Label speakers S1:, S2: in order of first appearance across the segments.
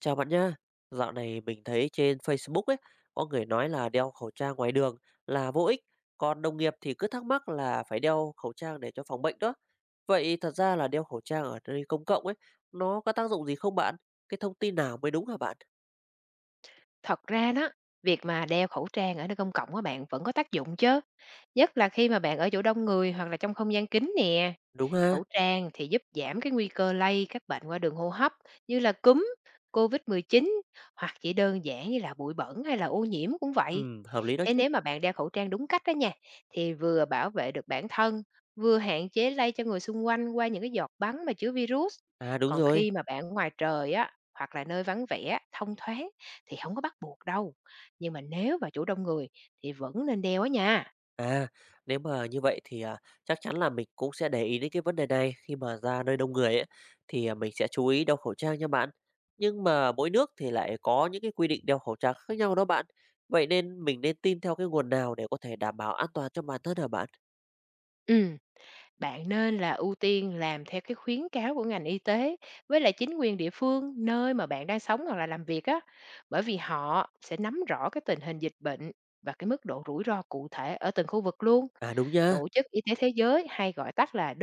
S1: Chào bạn nha. Dạo này mình thấy trên Facebook ấy, có người nói là đeo khẩu trang ngoài đường là vô ích, còn đồng nghiệp thì cứ thắc mắc là phải đeo khẩu trang để cho phòng bệnh đó. Vậy thật ra là đeo khẩu trang ở nơi công cộng ấy, nó có tác dụng gì không bạn? Cái thông tin nào mới đúng hả bạn?
S2: Thật ra đó, việc mà đeo khẩu trang ở nơi công cộng á bạn vẫn có tác dụng chứ, nhất là khi mà bạn ở chỗ đông người hoặc là trong không gian kín nè.
S1: Đúng ha?
S2: Khẩu trang thì giúp giảm cái nguy cơ lây các bệnh qua đường hô hấp như là cúm, COVID-19, hoặc chỉ đơn giản như là bụi bẩn hay là ô nhiễm cũng vậy.
S1: Ừ, hợp lý đó
S2: Thế
S1: chứ.
S2: nếu mà bạn đeo khẩu trang đúng cách đó nha, thì vừa bảo vệ được bản thân, vừa hạn chế lây cho người xung quanh qua những cái giọt bắn mà chứa virus.
S1: À đúng
S2: Còn
S1: rồi.
S2: khi mà bạn ngoài trời á, hoặc là nơi vắng vẻ, thông thoáng thì không có bắt buộc đâu. Nhưng mà nếu vào chỗ đông người thì vẫn nên đeo á nha.
S1: À, nếu mà như vậy thì chắc chắn là mình cũng sẽ để ý đến cái vấn đề này khi mà ra nơi đông người ấy, thì mình sẽ chú ý đeo khẩu trang nha bạn. Nhưng mà mỗi nước thì lại có những cái quy định đeo khẩu trang khác nhau đó bạn. Vậy nên mình nên tin theo cái nguồn nào để có thể đảm bảo an toàn cho bản thân hả bạn?
S2: Ừ. Bạn nên là ưu tiên làm theo cái khuyến cáo của ngành y tế với lại chính quyền địa phương nơi mà bạn đang sống hoặc là làm việc á, bởi vì họ sẽ nắm rõ cái tình hình dịch bệnh và cái mức độ rủi ro cụ thể ở từng khu vực luôn.
S1: À, đúng nha,
S2: Tổ chức Y tế Thế giới hay gọi tắt là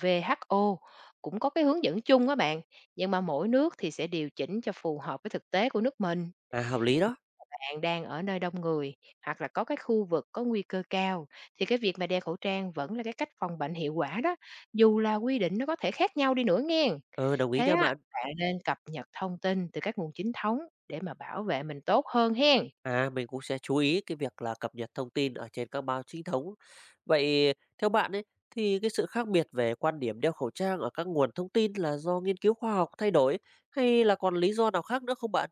S2: WHO cũng có cái hướng dẫn chung á bạn, nhưng mà mỗi nước thì sẽ điều chỉnh cho phù hợp với thực tế của nước mình.
S1: à, hợp lý đó.
S2: Bạn đang ở nơi đông người hoặc là có cái khu vực có nguy cơ cao thì cái việc mà đeo khẩu trang vẫn là cái cách phòng bệnh hiệu quả đó, dù là quy định nó có thể khác nhau đi nữa nghe.
S1: Ừ, đồng ý
S2: Thế
S1: nha
S2: á,
S1: bạn.
S2: bạn nên cập nhật thông tin từ các nguồn chính thống để mà bảo vệ mình tốt hơn hen.
S1: À, mình cũng sẽ chú ý cái việc là cập nhật thông tin ở trên các báo chính thống. Vậy theo bạn ấy thì cái sự khác biệt về quan điểm đeo khẩu trang ở các nguồn thông tin là do nghiên cứu khoa học thay đổi hay là còn lý do nào khác nữa không bạn?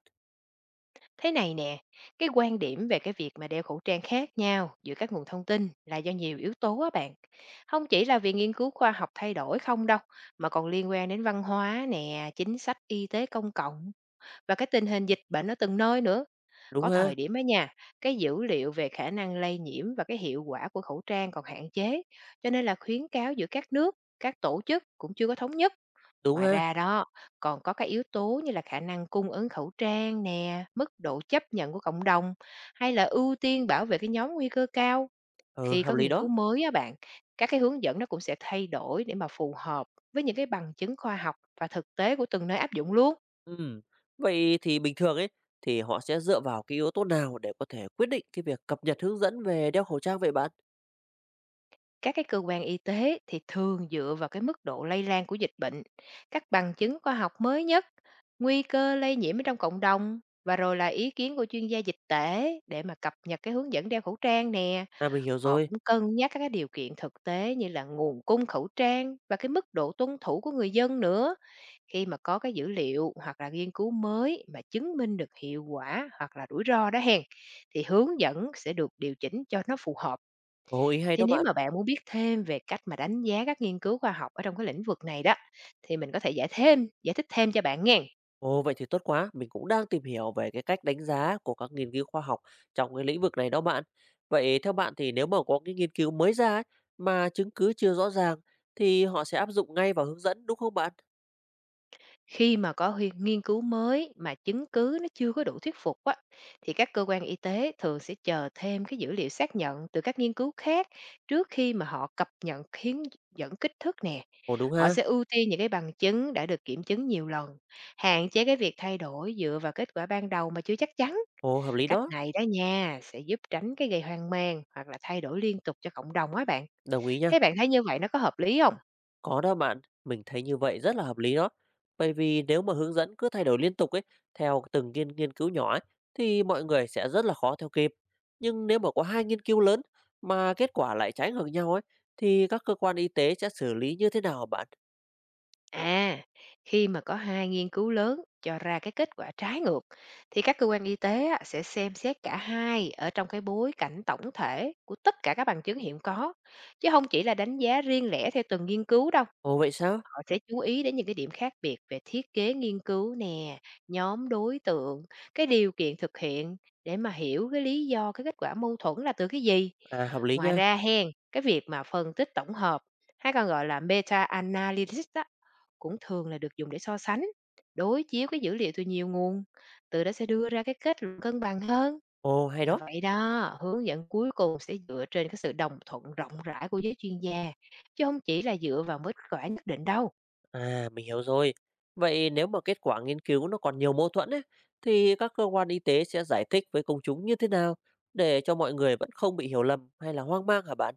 S2: Thế này nè, cái quan điểm về cái việc mà đeo khẩu trang khác nhau giữa các nguồn thông tin là do nhiều yếu tố á bạn, không chỉ là vì nghiên cứu khoa học thay đổi không đâu, mà còn liên quan đến văn hóa nè, chính sách y tế công cộng và cái tình hình dịch bệnh ở từng nơi nữa.
S1: Đúng
S2: Có
S1: ha,
S2: thời điểm á nhà, cái dữ liệu về khả năng lây nhiễm và cái hiệu quả của khẩu trang còn hạn chế, cho nên là khuyến cáo giữa các nước, các tổ chức cũng chưa có thống nhất.
S1: đúng
S2: Ngoài
S1: ha,
S2: ra đó, còn có các yếu tố như là khả năng cung ứng khẩu trang nè, mức độ chấp nhận của cộng đồng hay là ưu tiên bảo vệ cái nhóm nguy cơ cao.
S1: ừ,
S2: Khi
S1: hợp
S2: có
S1: lý
S2: nghiên cứu
S1: đó.
S2: mới á bạn, các cái hướng dẫn nó cũng sẽ thay đổi để mà phù hợp với những cái bằng chứng khoa học và thực tế của từng nơi áp dụng luôn.
S1: Ừm, Vậy thì bình thường ấy thì họ sẽ dựa vào cái yếu tố nào để có thể quyết định cái việc cập nhật hướng dẫn về đeo khẩu trang vậy bạn?
S2: Các cái cơ quan y tế thì thường dựa vào cái mức độ lây lan của dịch bệnh, các bằng chứng khoa học mới nhất, nguy cơ lây nhiễm ở trong cộng đồng và rồi là ý kiến của chuyên gia dịch tễ để mà cập nhật cái hướng dẫn đeo khẩu trang nè.
S1: À, mình hiểu
S2: Họ
S1: rồi.
S2: cũng cân nhắc các cái điều kiện thực tế như là nguồn cung khẩu trang và cái mức độ tuân thủ của người dân nữa. Khi mà có cái dữ liệu hoặc là nghiên cứu mới mà chứng minh được hiệu quả hoặc là rủi ro đó hen, thì hướng dẫn sẽ được điều chỉnh cho nó phù hợp.
S1: Ồ, ý hay
S2: Thì
S1: đó
S2: nếu
S1: bạn.
S2: mà bạn muốn biết thêm về cách mà đánh giá các nghiên cứu khoa học ở trong cái lĩnh vực này đó, thì mình có thể giải thích thêm cho bạn nghe.
S1: Ồ, vậy thì tốt quá. Mình cũng đang tìm hiểu về cái cách đánh giá của các nghiên cứu khoa học trong cái lĩnh vực này đó bạn. Vậy theo bạn thì nếu mà có cái nghiên cứu mới ra ấy, mà chứng cứ chưa rõ ràng thì họ sẽ áp dụng ngay vào hướng dẫn đúng không bạn?
S2: Khi mà có nghiên cứu mới mà chứng cứ nó chưa có đủ thuyết phục á, thì các cơ quan y tế thường sẽ chờ thêm cái dữ liệu xác nhận từ các nghiên cứu khác trước khi mà họ cập nhật khiến dẫn kích thước nè.
S1: Ồ đúng
S2: Họ
S1: ha.
S2: sẽ ưu tiên những cái bằng chứng đã được kiểm chứng nhiều lần, hạn chế cái việc thay đổi dựa vào kết quả ban đầu mà chưa chắc chắn.
S1: Ồ hợp lý
S2: Cách
S1: đó.
S2: này đó nha, sẽ giúp tránh cái gây hoang mang hoặc là thay đổi liên tục cho cộng đồng á bạn.
S1: Đồng ý nha.
S2: Thế bạn thấy như vậy nó có hợp lý không?
S1: Có đó bạn, mình thấy như vậy rất là hợp lý đó. Bởi vì nếu mà hướng dẫn cứ thay đổi liên tục ấy, theo từng nghiên nghiên cứu nhỏ ấy, thì mọi người sẽ rất là khó theo kịp. Nhưng nếu mà có hai nghiên cứu lớn mà kết quả lại trái ngược nhau ấy, thì các cơ quan y tế sẽ xử lý như thế nào hả bạn?
S2: À, khi mà có hai nghiên cứu lớn cho ra cái kết quả trái ngược thì các cơ quan y tế á, sẽ xem xét cả hai ở trong cái bối cảnh tổng thể của tất cả các bằng chứng hiện có, chứ không chỉ là đánh giá riêng lẻ theo từng nghiên cứu đâu.
S1: Ồ vậy sao?
S2: Họ sẽ chú ý đến những cái điểm khác biệt về thiết kế nghiên cứu nè, nhóm đối tượng, cái điều kiện thực hiện, để mà hiểu cái lý do cái kết quả mâu thuẫn là từ cái gì.
S1: À hợp lý
S2: Ngoài
S1: nha.
S2: ra hen, cái việc mà phân tích tổng hợp hay còn gọi là meta analysis á, cũng thường là được dùng để so sánh, đối chiếu cái dữ liệu từ nhiều nguồn, từ đó sẽ đưa ra cái kết luận cân bằng hơn.
S1: Ồ hay
S2: Và
S1: đó.
S2: vậy đó, hướng dẫn cuối cùng sẽ dựa trên cái sự đồng thuận rộng rãi của giới chuyên gia, chứ không chỉ là dựa vào mức kết quả nhất định đâu.
S1: À mình hiểu rồi. Vậy nếu mà kết quả nghiên cứu nó còn nhiều mâu thuẫn ấy, thì các cơ quan y tế sẽ giải thích với công chúng như thế nào để cho mọi người vẫn không bị hiểu lầm hay là hoang mang hả bạn?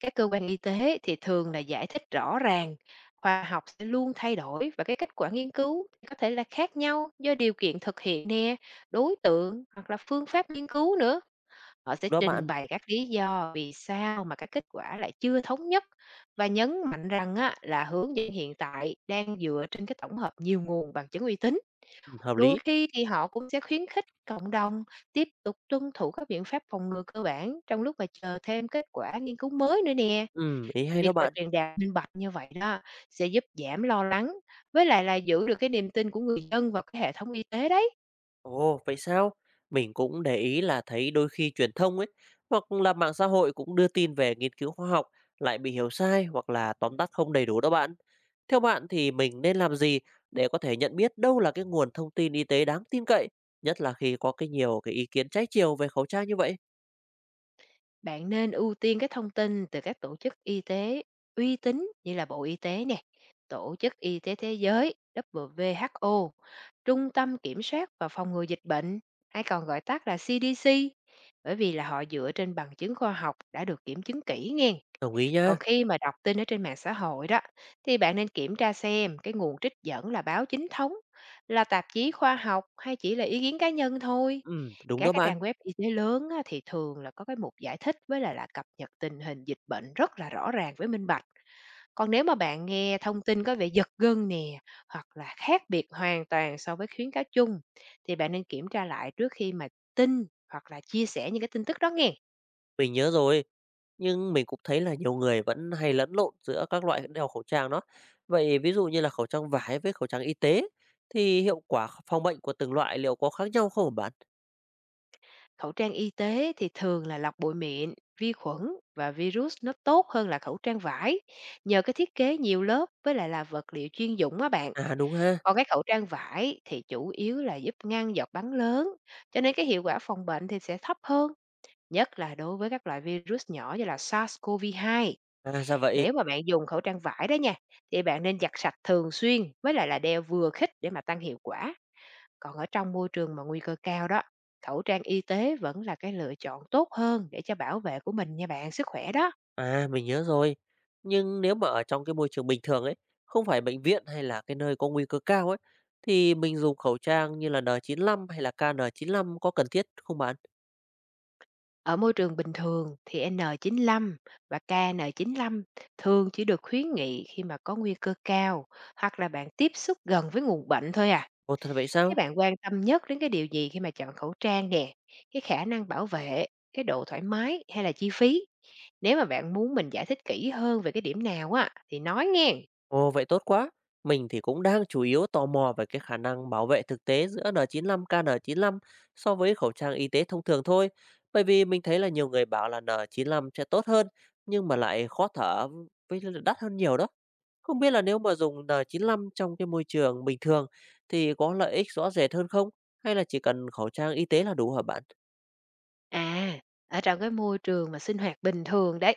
S2: Các cơ quan y tế thì thường là giải thích rõ ràng, khoa học sẽ luôn thay đổi và cái kết quả nghiên cứu thì có thể là khác nhau do điều kiện thực hiện nè, đối tượng hoặc là phương pháp nghiên cứu nữa. Họ sẽ
S1: Đó
S2: trình
S1: bạn.
S2: bày các lý do vì sao mà các kết quả lại chưa thống nhất, và nhấn mạnh rằng á, là hướng dẫn hiện tại đang dựa trên cái tổng hợp nhiều nguồn bằng chứng uy tín.
S1: Hợp
S2: Đôi
S1: lý.
S2: khi thì họ cũng sẽ khuyến khích cộng đồng tiếp tục tuân thủ các biện pháp phòng ngừa cơ bản trong lúc mà chờ thêm kết quả nghiên cứu mới nữa nè.
S1: Ý hay
S2: Việc
S1: đó
S2: mà
S1: bạn.
S2: truyền đạt minh bạch như vậy đó sẽ giúp giảm lo lắng, với lại là giữ được cái niềm tin của người dân vào cái hệ thống y tế đấy.
S1: Ồ, vậy sao? Mình cũng để ý là thấy đôi khi truyền thông ấy, hoặc là mạng xã hội cũng đưa tin về nghiên cứu khoa học lại bị hiểu sai hoặc là tóm tắt không đầy đủ đó bạn. Theo bạn thì mình nên làm gì để có thể nhận biết đâu là cái nguồn thông tin y tế đáng tin cậy, nhất là khi có cái nhiều cái ý kiến trái chiều về khẩu trang như vậy?
S2: Bạn nên ưu tiên cái thông tin từ các tổ chức y tế uy tín như là Bộ Y tế nè, Tổ chức Y tế Thế giới WHO, Trung tâm Kiểm soát và Phòng ngừa Dịch bệnh, hay còn gọi tắt là CDC, bởi vì là họ dựa trên bằng chứng khoa học đã được kiểm chứng kỹ nghe.
S1: Đồng ý nha.
S2: Còn khi mà đọc tin ở trên mạng xã hội đó, thì bạn nên kiểm tra xem cái nguồn trích dẫn là báo chính thống, là tạp chí khoa học hay chỉ là ý kiến cá nhân thôi.
S1: Đúng đó
S2: Các cái
S1: bạn.
S2: trang web y tế lớn á, thì thường là có cái mục giải thích với lại là cập nhật tình hình dịch bệnh rất là rõ ràng với minh bạch. Còn nếu mà bạn nghe thông tin có vẻ giật gân nè, hoặc là khác biệt hoàn toàn so với khuyến cáo chung, thì bạn nên kiểm tra lại trước khi mà tin hoặc là chia sẻ những cái tin tức đó nghe.
S1: Mình nhớ rồi, nhưng mình cũng thấy là nhiều người vẫn hay lẫn lộn giữa các loại đeo khẩu trang đó. Vậy ví dụ như là khẩu trang vải với khẩu trang y tế thì hiệu quả phòng bệnh của từng loại liệu có khác nhau không hả bạn?
S2: Khẩu trang y tế thì thường là lọc bụi mịn, vi khuẩn và virus nó tốt hơn là khẩu trang vải nhờ cái thiết kế nhiều lớp với lại là vật liệu chuyên dụng á bạn.
S1: À đúng ha,
S2: Còn cái khẩu trang vải thì chủ yếu là giúp ngăn giọt bắn lớn, cho nên cái hiệu quả phòng bệnh thì sẽ thấp hơn, nhất là đối với các loại virus nhỏ như là SARS-CoV-2.
S1: à ra vậy,
S2: Nếu mà bạn dùng khẩu trang vải đó nha thì bạn nên giặt sạch thường xuyên với lại là đeo vừa khít để mà tăng hiệu quả. Còn ở trong môi trường mà nguy cơ cao đó, khẩu trang y tế vẫn là cái lựa chọn tốt hơn để cho bảo vệ của mình nha bạn, sức khỏe đó.
S1: à mình nhớ rồi. Nhưng nếu mà ở trong cái môi trường bình thường ấy, không phải bệnh viện hay là cái nơi có nguy cơ cao ấy, thì mình dùng khẩu trang như là N95 hay là KN95 có cần thiết không bạn?
S2: Ở môi trường bình thường thì N95 và KN95 thường chỉ được khuyến nghị khi mà có nguy cơ cao hoặc là bạn tiếp xúc gần với nguồn bệnh thôi à.
S1: Ồ thật vậy
S2: Thế
S1: sao?
S2: bạn quan tâm nhất đến cái điều gì khi mà chọn khẩu trang nè? Cái khả năng bảo vệ, cái độ thoải mái hay là chi phí? Nếu mà bạn muốn mình giải thích kỹ hơn về cái điểm nào á thì nói nghe.
S1: Ồ, vậy tốt quá. Mình thì cũng đang chủ yếu tò mò về cái khả năng bảo vệ thực tế giữa N95, KN95, KN95 so với khẩu trang y tế thông thường thôi. Bởi vì mình thấy là nhiều người bảo là N95 sẽ tốt hơn, nhưng mà lại khó thở với lại là đắt hơn nhiều đó. Không biết là nếu mà dùng N95 trong cái môi trường bình thường thì có lợi ích rõ rệt hơn không? Hay là chỉ cần khẩu trang y tế là đủ hả bạn?
S2: À, ở trong cái môi trường mà sinh hoạt bình thường đấy,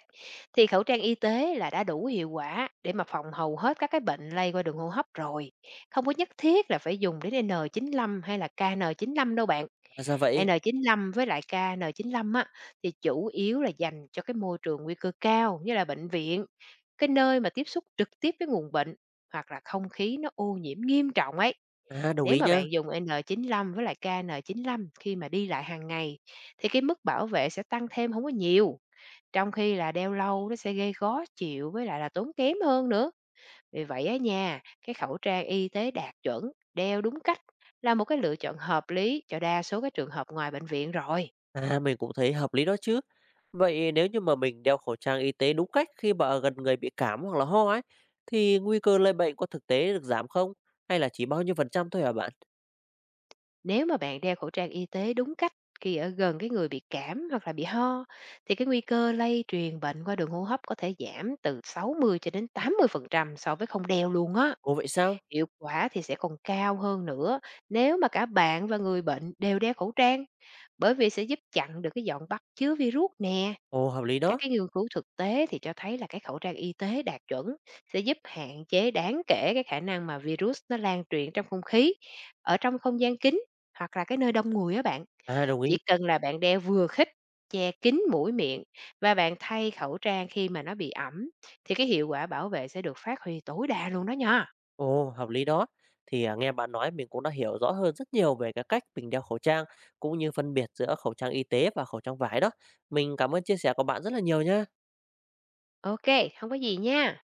S2: thì khẩu trang y tế là đã đủ hiệu quả để mà phòng hầu hết các cái bệnh lây qua đường hô hấp rồi. Không có nhất thiết là phải dùng đến N95 hay là KN95 đâu bạn.
S1: À, ra vậy.
S2: N95 với lại KN95 á, thì chủ yếu là dành cho cái môi trường nguy cơ cao như là bệnh viện, cái nơi mà tiếp xúc trực tiếp với nguồn bệnh hoặc là không khí nó ô nhiễm nghiêm trọng ấy.
S1: À, đồng
S2: Nếu
S1: ý
S2: mà
S1: nhá.
S2: bạn dùng N95 với lại KN95 khi mà đi lại hàng ngày thì cái mức bảo vệ sẽ tăng thêm không có nhiều, trong khi là đeo lâu nó sẽ gây khó chịu với lại là tốn kém hơn nữa. Vì vậy á nha, cái khẩu trang y tế đạt chuẩn, đeo đúng cách, là một cái lựa chọn hợp lý cho đa số các trường hợp ngoài bệnh viện rồi.
S1: À, mình cũng thấy hợp lý đó chứ. Vậy nếu như mà mình đeo khẩu trang y tế đúng cách khi mà ở gần người bị cảm hoặc là ho ấy, thì nguy cơ lây bệnh có thực tế được giảm không? Hay là chỉ bao nhiêu phần trăm thôi hả bạn?
S2: Nếu mà bạn đeo khẩu trang y tế đúng cách khi ở gần cái người bị cảm hoặc là bị ho thì cái nguy cơ lây truyền bệnh qua đường hô hấp có thể giảm từ 60 cho đến 80% so với không đeo luôn á.
S1: Ồ vậy sao?
S2: Hiệu quả thì sẽ còn cao hơn nữa nếu mà cả bạn và người bệnh đều đeo khẩu trang, bởi vì sẽ giúp chặn được cái giọt bắt chứa virus nè.
S1: Ồ hợp lý
S2: Các
S1: đó.
S2: cái nghiên cứu thực tế thì cho thấy là cái khẩu trang y tế đạt chuẩn sẽ giúp hạn chế đáng kể cái khả năng mà virus nó lan truyền trong không khí, ở trong không gian kín hoặc là cái nơi đông người á bạn.
S1: À đồng ý.
S2: Chỉ cần là bạn đeo vừa khít, che kín mũi miệng và bạn thay khẩu trang khi mà nó bị ẩm thì cái hiệu quả bảo vệ sẽ được phát huy tối đa luôn đó nha.
S1: Ồ hợp lý đó. Thì à, nghe bạn nói mình cũng đã hiểu rõ hơn rất nhiều về cái cách mình đeo khẩu trang cũng như phân biệt giữa khẩu trang y tế và khẩu trang vải đó. Mình cảm ơn chia sẻ của bạn rất là nhiều nhá.
S2: Ok, không có gì nha.